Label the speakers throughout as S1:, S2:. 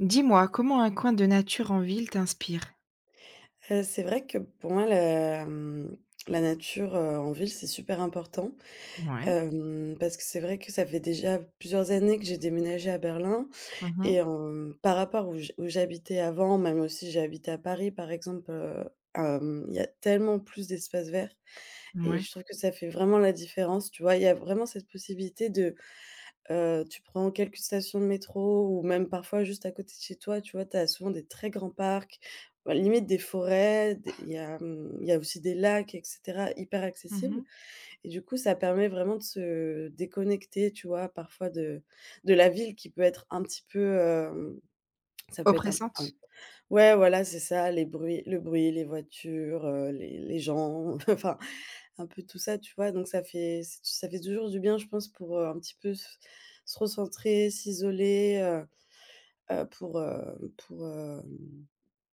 S1: Dis-moi, comment un coin de nature en ville t'inspire?
S2: C'est vrai que pour moi la nature, en ville, c'est super important.
S1: Ouais.
S2: Parce que c'est vrai que ça fait déjà plusieurs années que j'ai déménagé à Berlin
S1: Mmh
S2: et
S1: mh.
S2: par rapport où j'habitais avant, même aussi j'ai habité à Paris par exemple, il y a tellement plus d'espaces verts et
S1: Mouais.
S2: je trouve que ça fait vraiment la différence, tu vois? Il y a vraiment cette possibilité de… Tu prends quelques stations de métro ou même parfois juste à côté de chez toi, tu vois? Tu as souvent des très grands parcs, bah, limite des forêts, des il y a, mmh, il y a aussi des lacs et cetera, hyper accessibles
S1: Mmh.
S2: et du coup, ça permet vraiment de se déconnecter, tu vois? Parfois de la ville qui peut être un petit peu, ça peut être un…
S1: Oppressante?
S2: ouais, voilà, c'est ça, les bruits le bruit, les voitures, les gens, enfin un peu tout ça, tu vois? Donc ça fait toujours du bien, je pense, pour, un petit peu se se recentrer, s'isoler, pour,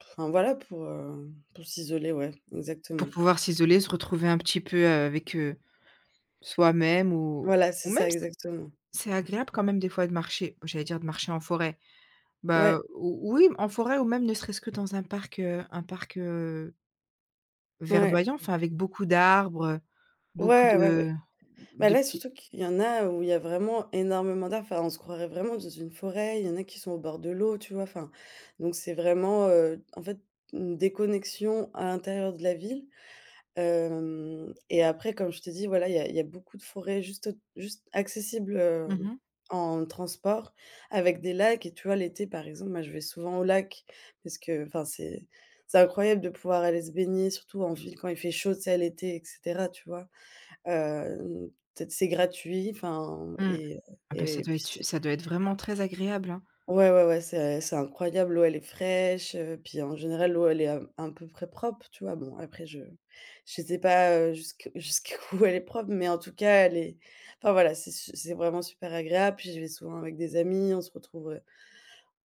S2: enfin voilà, pour s'isoler, ouais,
S1: Pour
S2: exactement.
S1: pouvoir s'isoler, se retrouver un petit peu, avec, soi-même ou
S2: Voilà,
S1: ou
S2: c'est
S1: même
S2: ça,
S1: c
S2: exactement.
S1: c'est agréable quand même des fois de marcher, j'allais dire de marcher en forêt. Bah,
S2: Ouais,
S1: ou oui, en forêt ou même ne serait-ce que dans un parc,
S2: ouais.
S1: verdoyant, enfin avec beaucoup d'arbres, beaucoup
S2: Ouais, ouais, ouais.
S1: de
S2: Bah,
S1: de
S2: là,
S1: petits
S2: surtout qu'il y en a où il y a vraiment énormément d'arbres, enfin, on se croirait vraiment dans une forêt, il y en a qui sont au bord de l'eau, tu vois? Enfin, donc c'est vraiment, en fait, une déconnexion à l'intérieur de la ville. Hem Et après, comme je te dis, voilà, il y a beaucoup de forêts juste accessibles,
S1: Mmh mh.
S2: en transport avec des lacs et tu vois, l'été, par exemple, moi, je vais souvent au lac parce que enfin, c'est incroyable de pouvoir aller se baigner, surtout en ville quand il fait chaud, tu sais, à l'été et cetera, tu vois? Hem, t C'est gratuit, enfin
S1: Mmh. Ah bah, ça
S2: et
S1: doit
S2: puis
S1: être su
S2: c'est…
S1: ça doit être vraiment très agréable, hein.
S2: Ouais, ouais, ouais, c'est incroyable, l'eau elle est fraîche, puis en général l'eau elle est à peu près propre, tu vois? Bon après je sais pas, jusque jusqu'où elle est propre, mais en tout cas elle est… enfin voilà, c'est vraiment super agréable, puis j'y vais souvent avec des amis,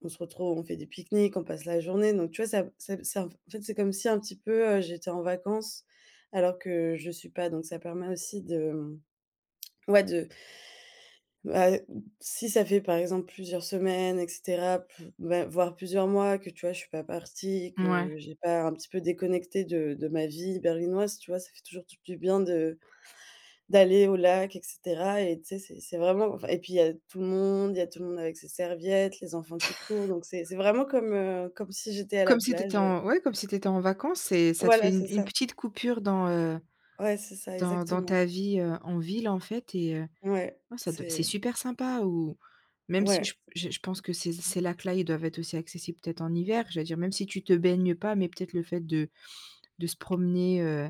S2: on se retrouve, on fait des pique-niques, on passe la journée, donc tu vois? Ça en fait, c'est comme si un petit peu, j'étais en vacances alors que je suis pas, donc ça permet aussi de, ouais de… bah, si ça fait par exemple plusieurs semaines et cetera, p bah, voire plusieurs mois que, tu vois, je suis pas partie, que j'ai pas un petit peu déconnecté de ma vie berlinoise, tu vois? Ça fait toujours tout du bien de d'aller au lac et cetera et tu sais, c'est vraiment enfin et puis il y a tout le monde avec ses serviettes, les enfants qui courent, donc c'est vraiment comme, comme si j'étais à
S1: Comme
S2: la
S1: si tu étais
S2: plage,
S1: en, ouais, comme si tu étais en vacances, et ça te fait
S2: voilà,
S1: une
S2: c'est ça.
S1: petite coupure dans,
S2: Ouais, c'est ça,
S1: dans
S2: exactement.
S1: ta vie, en ville, en fait. Et
S2: Ouais,
S1: ouais, ça doit, c'est
S2: c'est…
S1: super sympa. Ou même si
S2: ouais,
S1: je pense que ces lacs-là, ils doivent être aussi accessibles peut-être en hiver. J'allais dire, même si tu te baignes pas, mais peut-être le fait de se promener,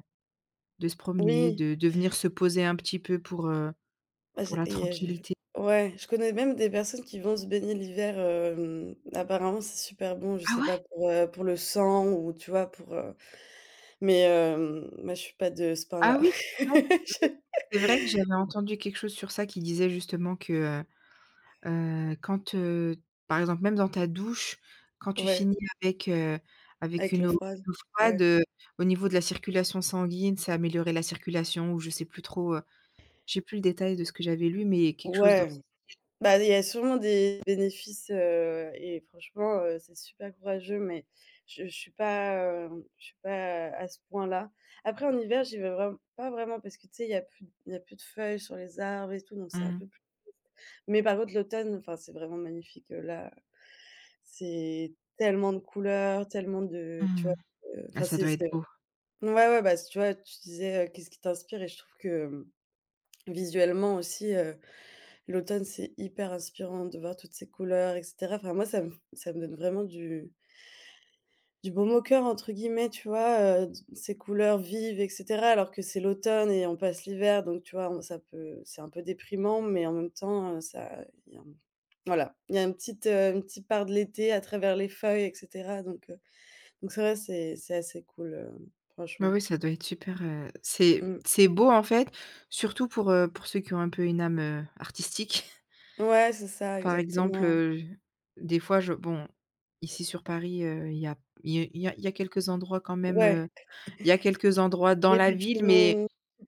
S1: de se promener,
S2: oui.
S1: de venir se poser un petit peu
S2: Bah,
S1: pour
S2: j'ai
S1: la
S2: et
S1: tranquillité.
S2: je ouais, je connais même des personnes qui vont se baigner l'hiver, apparemment c'est super bon, je
S1: Ah
S2: sais
S1: ouais?
S2: pas pour, pour le sang ou tu vois pour, mais moi je suis pas de ce
S1: Ah
S2: pain-là.
S1: oui? Ouais, mais
S2: Je
S1: c'est vrai que j'avais entendu quelque chose sur ça qui disait justement que, quand, par exemple, même dans ta douche, quand tu
S2: ouais,
S1: finis avec, avec
S2: avec l'eau froide,
S1: une eau froide,
S2: ouais.
S1: au niveau de la circulation sanguine, ça améliorait la circulation, ou je sais plus trop, j'ai plus le détail de ce que j'avais lu, mais quelque chose dans
S2: Ouais,
S1: ce.
S2: bah, il y a sûrement des bénéfices, et franchement, c'est super courageux mais je je suis pas, je suis pas à ce point-là. Après en hiver, j'y vais vraiment pas vraiment parce que tu sais, il y a plus de feuilles sur les arbres et tout donc c'est un
S1: Mmh.
S2: peu… Mais par contre, l'automne, enfin, c'est vraiment magnifique, là, c'est tellement de couleurs, tellement de… tu
S1: Mmh.
S2: vois?
S1: Ah,
S2: Enfin,
S1: ça
S2: c'est
S1: doit
S2: c'est
S1: être beau.
S2: ouais, ouais, bah, tu vois, tu disais, qu'est-ce qui t'inspire? Et je trouve que, visuellement aussi, l'automne, c'est hyper inspirant de voir toutes ces couleurs et cetera. Enfin, moi, ça me donne vraiment «du baume au cœur» entre guillemets, tu vois? D Ces couleurs vives et cetera, alors que c'est l'automne et on passe l'hiver, donc tu vois, on ça peut c'est un peu déprimant, mais en même temps, ça il y a… Voilà, il y a une petite part de l'été à travers les feuilles et cetera donc c'est vrai, c'est assez cool,
S1: Oui,
S2: franchement.
S1: oui, ça doit être super, c'est
S2: Mmh.
S1: beau, en fait, surtout pour ceux qui ont un peu une âme, artistique.
S2: Ouais, c'est ça,
S1: Par exemple,
S2: exactement.
S1: des fois, je, bon, ici sur Paris, il y a il y a quelques endroits quand même,
S2: Ouais,
S1: Il y a quelques endroits dans
S2: les
S1: la
S2: buts de
S1: ville,
S2: Chaumont,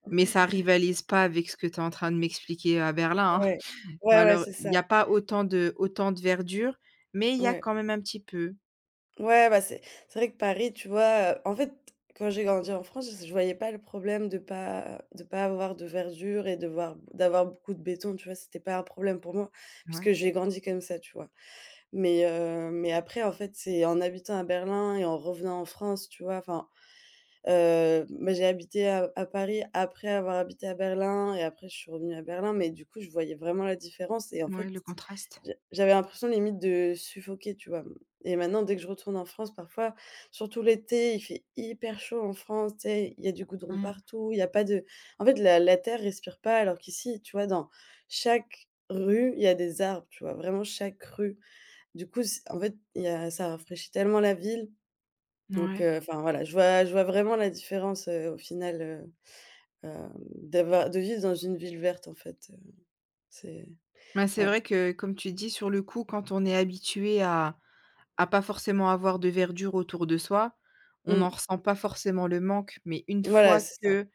S1: mais ça rivalise pas avec ce que tu es en train de m'expliquer à Berlin,
S2: ouais.
S1: hein.
S2: Ouais, ouais,
S1: Malheure
S2: c'est
S1: Il
S2: ça,
S1: y a pas autant de autant de verdure, mais il y a
S2: ouais.
S1: quand même un petit peu.
S2: Ouais, bah, c'est vrai que Paris, tu vois, en fait, quand j'ai grandi en France, je voyais pas le problème de pas avoir de verdure et de voir d'avoir beaucoup de béton, tu vois? C'était pas un problème pour moi
S1: Ouais,
S2: puisque j'ai grandi comme ça, tu vois? Mais après en fait, c'est en habitant à Berlin et en revenant en France, tu vois? Enfin, bah, j'ai habité à Paris après avoir habité à Berlin et après je suis revenue à Berlin, mais du coup, je voyais vraiment la différence et en fait,
S1: ouais, le contraste.
S2: j'avais l'impression limite de suffoquer, tu vois? Et maintenant dès que je retourne en France parfois, surtout l'été, il fait hyper chaud en France, tu sais? Il y a du goudron
S1: Mmh,
S2: partout, il y a pas de… en fait, la terre respire pas alors qu'ici, tu vois? Dans chaque rue, il y a des arbres, tu vois? Vraiment chaque rue. Du coup, c en fait, il y a ça rafraîchit tellement la ville, donc
S1: ouais.
S2: enfin voilà, je vois vraiment la différence, au final, d'avoir de vivre dans une ville verte en fait, c'est…
S1: Bah, c'est
S2: ouais.
S1: vrai que, comme tu dis, sur le coup, quand on est habitué à pas forcément avoir de verdure autour de soi, on n'en
S2: Mmh.
S1: ressent pas forcément le manque, mais une
S2: Voilà,
S1: fois
S2: c'est ça.
S1: que,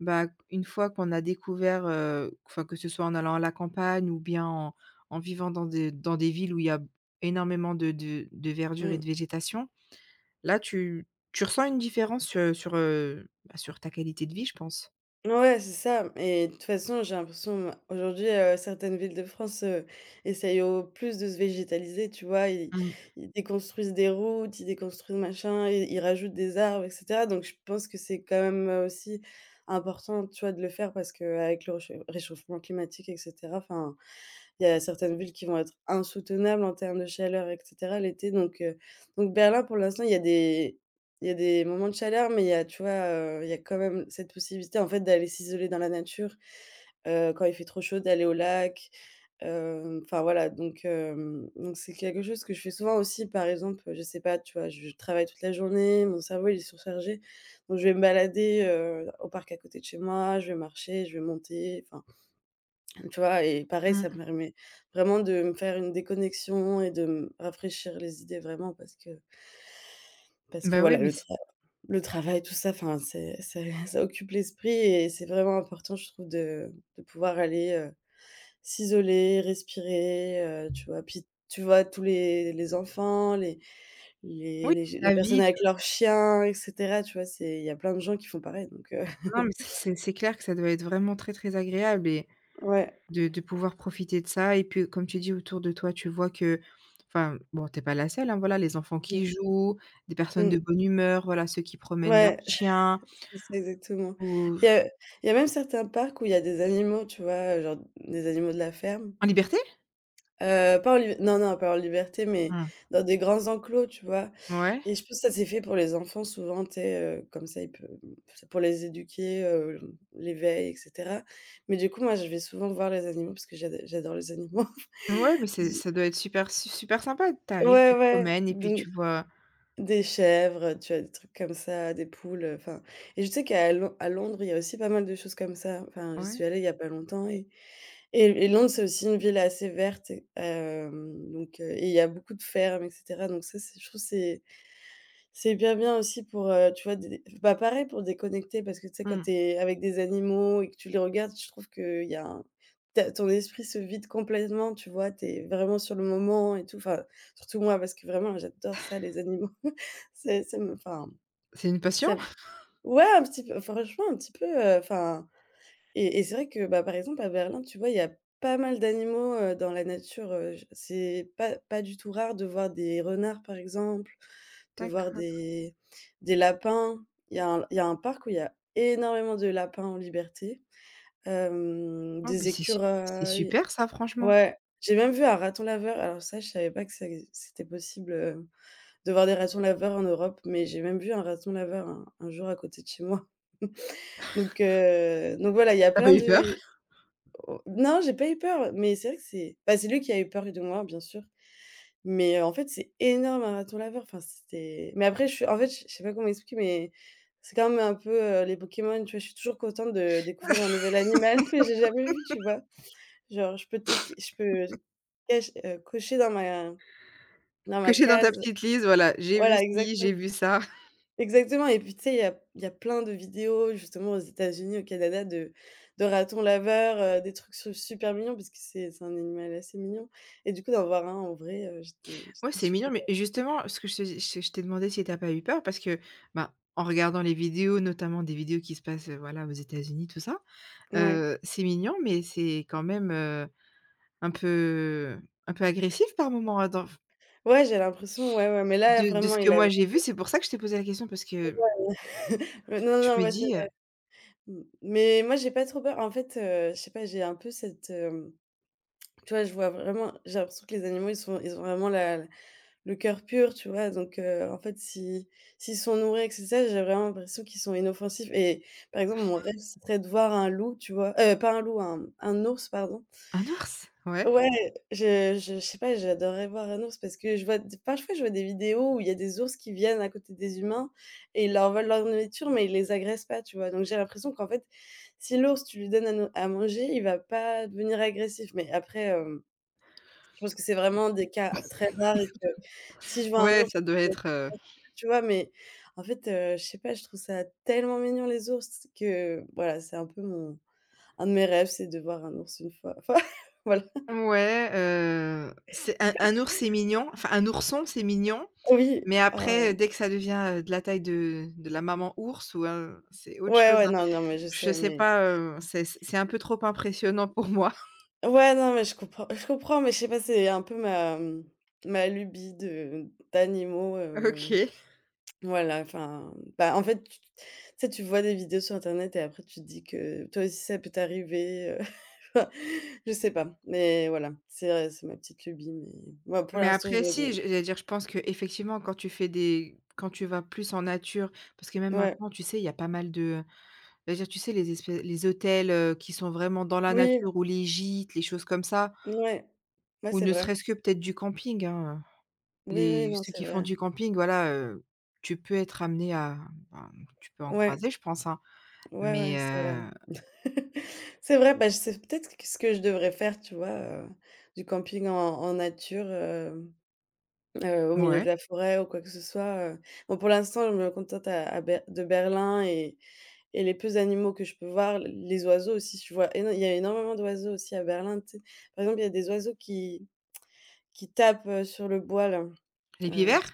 S1: bah, une fois qu'on a découvert, enfin, que ce soit en allant à la campagne, ou bien en vivant dans des villes où il y a énormément de verdure et
S2: Mmh.
S1: de végétation, là, tu ressens une différence, sur bah, sur ta qualité de vie, je pense.
S2: Ouais, c'est ça et de toute façon, j'ai l'impression aujourd'hui, certaines villes de France, essayent au plus de se végétaliser, tu vois?
S1: Mmh.
S2: Ils déconstruisent des routes, ils déconstruisent machin, ils rajoutent des arbres et cetera donc je pense que c'est quand même, aussi important, tu vois, de le faire parce qu'avec le réchauffement climatique et cetera, enfin, il y a certaines villes qui vont être insoutenables en termes de chaleur et cetera l'été donc Berlin pour l'instant il y a des moments de chaleur mais il y a tu vois, il y a quand même cette possibilité en fait d'aller s'isoler dans la nature, quand il fait trop chaud d'aller au lac, enfin voilà donc donc c'est quelque chose que je fais souvent aussi par exemple, je sais pas tu vois, je travaille toute la journée, mon cerveau il est surchargé donc je vais me balader, au parc à côté de chez moi, je vais marcher, je vais monter, enfin tu vois? Et pareil, ça
S1: Mmh.
S2: me permet vraiment de me faire une déconnexion et de me rafraîchir les idées vraiment parce que
S1: Bah, oui,
S2: voilà,
S1: mais c,
S2: le travail, tout ça, enfin, c'est ça occupe l'esprit et c'est vraiment important, je trouve, de pouvoir aller, s'isoler, respirer, tu vois? Puis, tu vois, tous les enfants, les
S1: oui,
S2: les les les
S1: la
S2: personnes
S1: vie,
S2: avec leurs chiens et cetera, tu vois? C'est il y a plein de gens qui font pareil donc
S1: tout- non, mais c'est clair que ça doit être vraiment très, très agréable. Et
S2: ouais.
S1: de pouvoir profiter de ça. Et puis, comme tu dis, autour de toi, tu vois que, enfin, bon, t'es pas la seule, hein, voilà, les enfants
S2: Mmh.
S1: qui jouent, des personnes de
S2: Mmh.
S1: bonne humeur, voilà, ceux qui promènent leurs
S2: Ouais.
S1: chiens
S2: C'est ça, exactement.
S1: ou
S2: Il y a il y a même certains parcs où il y a des animaux, tu vois? Genre des animaux de la ferme.
S1: en liberté?
S2: Pas en lib non, non, pas en liberté, mais
S1: Mmh.
S2: dans des grands enclos, tu vois?
S1: Ouais.
S2: Et je pense que ça c'est fait pour les enfants souvent, tu sais, comme ça ils peu c'est pour les éduquer, l'éveil et cetera. Mais du coup, moi, je vais souvent voir les animaux parce que j'adore les animaux.
S1: Ouais, mais c'est, ça doit être super su super sympa. Tu arrives,
S2: ouais,
S1: tu te
S2: ouais,
S1: promènes et puis
S2: donc…
S1: tu vois.
S2: Des chèvres, tu as des trucs comme ça, des poules, enfin et je sais qu'à Lon à Londres, il y a aussi pas mal de choses comme ça. Enfin, j'y
S1: Ouais.
S2: suis allée il y a pas longtemps et et Londres, c'est aussi une ville assez verte et donc et il y a beaucoup de fermes et cetera, donc ça, c'est je trouve que c'est bien aussi pour, tu vois, dé bah, pareil pour déconnecter parce que, tu sais, quand
S1: Mmh.
S2: tu es avec des animaux et que tu les regardes, je trouve qu'il y a un… tu as ton esprit se vide complètement, tu vois? Tu es vraiment sur le moment et tout, enfin, surtout moi parce que vraiment j'adore ça les animaux. C'est ça me enfin,
S1: C'est une passion?
S2: ça me Ouais, un petit peu, franchement un petit peu, enfin. Et c'est vrai que, bah, par exemple à Berlin, tu vois, il y a pas mal d'animaux, dans la nature, je c'est pas du tout rare de voir des renards, par exemple, de voir
S1: D'accord.
S2: des lapins. Il y a un parc où il y a énormément de lapins en liberté,
S1: Oh, beh,
S2: des
S1: c'est su c'est
S2: écureuils.
S1: super ça, franchement.
S2: Ouais, j'ai même vu un raton laveur. Alors ça, je savais pas que ça exis c'était possible, de voir des ratons laveurs en Europe, mais j'ai même vu un raton laveur un jour à côté de chez moi. Donc voilà, il y a
S1: Tu as pas
S2: plein
S1: eu peur?
S2: de... Oh non, j'ai pas eu peur, mais c'est vrai que c'est bah, c'est lui qui a eu peur de moi, bien sûr. Mais en fait, c'est énorme un raton laveur, enfin c'était... mais après je suis en fait, je sais pas comment expliquer, mais c'est quand même un peu, les Pokémon, tu vois? Je suis toujours contente de découvrir un nouvel animal que j'ai jamais vu, tu vois? Je peux cache cocher dans ma
S1: Cocher dans ta
S2: case.
S1: petite liste, voilà, j'ai vu
S2: Voilà,
S1: ci,
S2: exactement,
S1: j'ai vu ça.
S2: exactement. Et puis tu sais, il y a plein de vidéos justement aux États-Unis, au Canada, de ratons laveurs, des trucs su super mignons parce que c'est un animal assez mignon et du coup, d'en voir un en vrai,
S1: Ouais,
S2: j'étais
S1: c'est mignon,
S2: super.
S1: mais justement, ce que je te dis, je t'ai demandé si t'as pas eu peur parce que, ben, en regardant les vidéos, notamment des vidéos qui se passent, voilà, aux États-Unis, tout ça,
S2: Ouais.
S1: c'est mignon, mais c'est quand même, un peu agressif par moment, hein, dans
S2: Ouais, j'ai l'impression, ouais, ouais, mais là,
S1: de ce
S2: vraiment,
S1: que
S2: il
S1: moi
S2: avait...
S1: j'ai vu. C'est pour ça que je t'ai posé la question, parce que
S2: Non,
S1: je
S2: non,
S1: me
S2: ouais, c'est
S1: dis,
S2: vrai. Mmh, mais moi, j'ai pas trop peur. En fait, je sais pas, j'ai un peu cette, tu vois, je vois vraiment j'ai l'impression que les animaux, ils ont vraiment le cœur pur, tu vois? Donc en fait, si s'ils sont nourris avec ça, j'ai vraiment l'impression qu'ils sont inoffensifs et par exemple, mon rêve, ce serait de voir un loup, tu vois? Pas un loup, un ours, pardon.
S1: «Un ours?» Ouais,
S2: Ouais, je sais pas, j'adorerais voir un ours parce que je vois d parfois je vois des vidéos où il y a des ours qui viennent à côté des humains et ils leur volent leur nourriture, mais ils les agressent pas, tu vois? Donc j'ai l'impression qu'en fait, si l'ours, tu lui donnes à manger, il va pas devenir agressif. Mais après, je pense que c'est vraiment des cas très rares et que si je vois un
S1: ouais,
S2: ours,
S1: ça doit être,
S2: tu vois? Mais en fait, je sais pas, je trouve ça tellement mignon les ours que voilà, c'est un peu mon... un de mes rêves, c'est de voir un ours une fois. Enfin, voilà.
S1: ouais, c'est un ours, c'est mignon, enfin un ourson, c'est mignon.
S2: Oui.
S1: Mais après,
S2: Oh,
S1: dès que ça devient, de la taille de la maman ours, ou c'est autre
S2: ouais,
S1: chose,
S2: ouais,
S1: hein.
S2: non, non, mais je
S1: Je
S2: sais,
S1: sais
S2: mais...
S1: pas, c'est un peu trop impressionnant pour moi.
S2: Ouais, non, mais je comprends, mais je sais pas, c'est un peu ma, mmh, ma lubie de d'animaux,
S1: OK.
S2: voilà, enfin, bah, en fait, tu sais, tu vois des vidéos sur internet et après tu te dis que toi aussi ça peut t'arriver, heu. Je sais pas, mais voilà, c'est ma petite lubie, mais moi pour
S1: Mais
S2: l'instant, je
S1: après si,
S2: rigole.
S1: j'allais dire, je pense que effectivement, quand tu fais des, quand tu vas plus en nature, parce que même
S2: Ouais,
S1: maintenant, tu sais, il y a pas mal de, j'allais dire, tu sais, les hôtels, qui sont vraiment dans la
S2: oui,
S1: nature, ou les gîtes, les choses comme ça,
S2: ouais, ouais,
S1: ou
S2: c'est
S1: ne
S2: vrai.
S1: serait-ce que peut-être du camping, hein,
S2: Oui, oui,
S1: les,
S2: non,
S1: ceux
S2: c'est
S1: qui font
S2: vrai.
S1: du camping, voilà, tu peux être amené à, ben, tu peux en
S2: Ouais,
S1: croiser, je pense, hein.
S2: ouais, ouais,
S1: Mais
S2: c'est vrai.
S1: heu.
S2: C'est vrai, bah, je c'est peut-être que ce que je devrais faire, tu vois, du camping en nature, au milieu de
S1: Ouais.
S2: la forêt ou quoi que ce soit. Bon, pour l'instant, je me contente à Ber de Berlin et les peu animaux que je peux voir, l les oiseaux aussi, je vois éno il y a énormément d'oiseaux aussi à Berlin, tu sais? Par exemple, il y a des oiseaux qui tapent, sur le bois là,
S1: Les pieds
S2: euh...
S1: verts?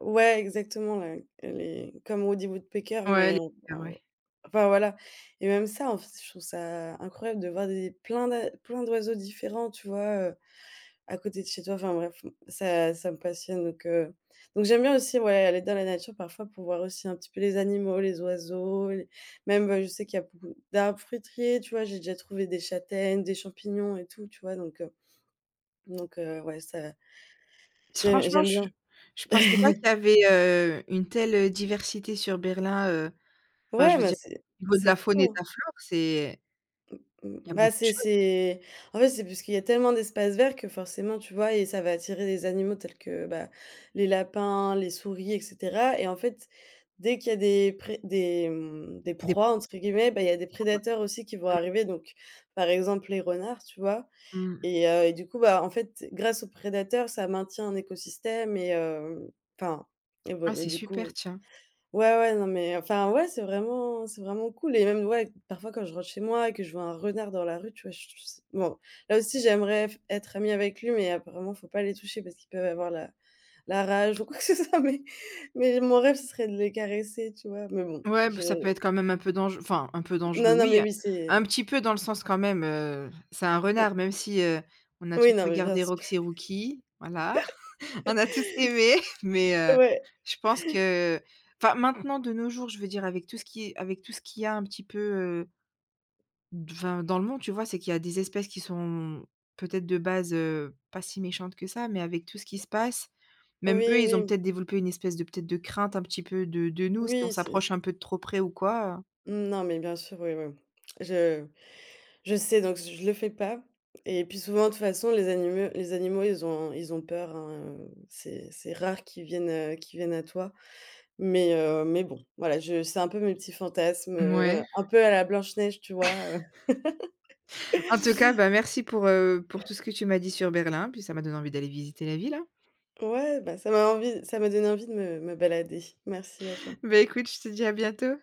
S2: Ouais, exactement, là, les... comme Woody Woodpecker,
S1: Ouais,
S2: mais
S1: les,
S2: en
S1: ah ouais.
S2: enfin, voilà. Et même ça, en fait, je trouve ça incroyable de voir des plein d'oiseaux différents, tu vois, à côté de chez toi. Enfin bref, ça me passionne, donc j'aime bien aussi, ouais, aller dans la nature parfois pour voir aussi un petit peu les animaux, les oiseaux, les... même, je sais qu'il y a beaucoup d'arbres fruitiers, tu vois? J'ai déjà trouvé des châtaignes, des champignons et tout, tu vois? Donc ouais, ça,
S1: Franchement,
S2: j'aime bien.
S1: je pensais pas qu'il y avait, une telle, diversité sur Berlin, enfin, je
S2: Ouais,
S1: veux
S2: bah,
S1: dire, au niveau de
S2: c'est
S1: la faune et
S2: fou,
S1: de
S2: hein.
S1: la flore, c'est,
S2: Mmh,
S1: il y a beaucoup
S2: bah,
S1: de choses,
S2: c'est... en fait, c'est parce qu'il y a tellement d'espaces verts que forcément, tu vois, et ça va attirer des animaux tels que, bah, les lapins, les souris et cetera. Et en fait, dès qu'il y a mmh, «des
S1: des points,
S2: proies» entre guillemets, bah, il y a des
S1: ouais.
S2: prédateurs aussi qui vont arriver, donc par exemple les renards, tu vois?
S1: Mmh mh.
S2: Et du coup, bah, en fait, grâce aux prédateurs, ça maintient un écosystème et enfin... et bah
S1: Ah,
S2: et
S1: c'est
S2: du
S1: super,
S2: coup...
S1: tiens.
S2: Ouais, ouais, non, mais enfin, ouais, c'est vraiment cool. Et même, ouais, parfois quand je rentre chez moi et que je vois un renard dans la rue, tu vois? Je bon, là aussi, j'aimerais f être amie avec lui, mais apparemment, faut pas les toucher parce qu'ils peuvent avoir la rage ou quoi que ce soit, mais... mais mon rêve, ce serait de les caresser, tu vois? Mais bon,
S1: Ouais, bah,
S2: je...
S1: ça peut être quand même un peu dangereux, enfin, un peu dangereux,
S2: Non, non,
S1: oui,
S2: mais
S1: hein.
S2: oui, c'est...
S1: Un petit peu dans le sens quand même, c'est un
S2: Mmh,
S1: renard, même si, on a tous
S2: oui, non, mais bien
S1: regardé
S2: sûr.
S1: Rox et Rookie, voilà. On a tous aimé, mais
S2: Ouais,
S1: je pense que, enfin, maintenant de nos jours, je veux dire, avec tout ce qui, avec tout ce qu'il y a un petit peu, d enfin dans le monde, tu vois? C'est qu'il y a des espèces qui sont peut-être de base, pas si méchantes que ça, mais avec tout ce qui se passe, même eux,
S2: oui,
S1: ils ont
S2: oui,
S1: peut-être développé une espèce de, peut-être de crainte un petit peu de nous, si on
S2: oui, c'est...
S1: s'approche un peu de trop près ou quoi.
S2: non, mais bien sûr, oui, oui. Je Je sais, donc je le fais pas. Et puis souvent, de toute façon, les animaux, ils ont peur, hein, c'est rare qu'ils viennent à toi. Mais mais bon, voilà, je c'est un peu mes petits fantasmes,
S1: Mouais.
S2: un peu à la Blanche Neige, tu vois, heu?
S1: En tout cas, bah, merci pour tout ce que tu m'as dit sur Berlin, puis ça m'a donné envie d'aller visiter la ville, hein.
S2: Ouais, bah, ça m'a donné envie de me balader. Merci à toi.
S1: Bah, écoute, je te dis à bientôt.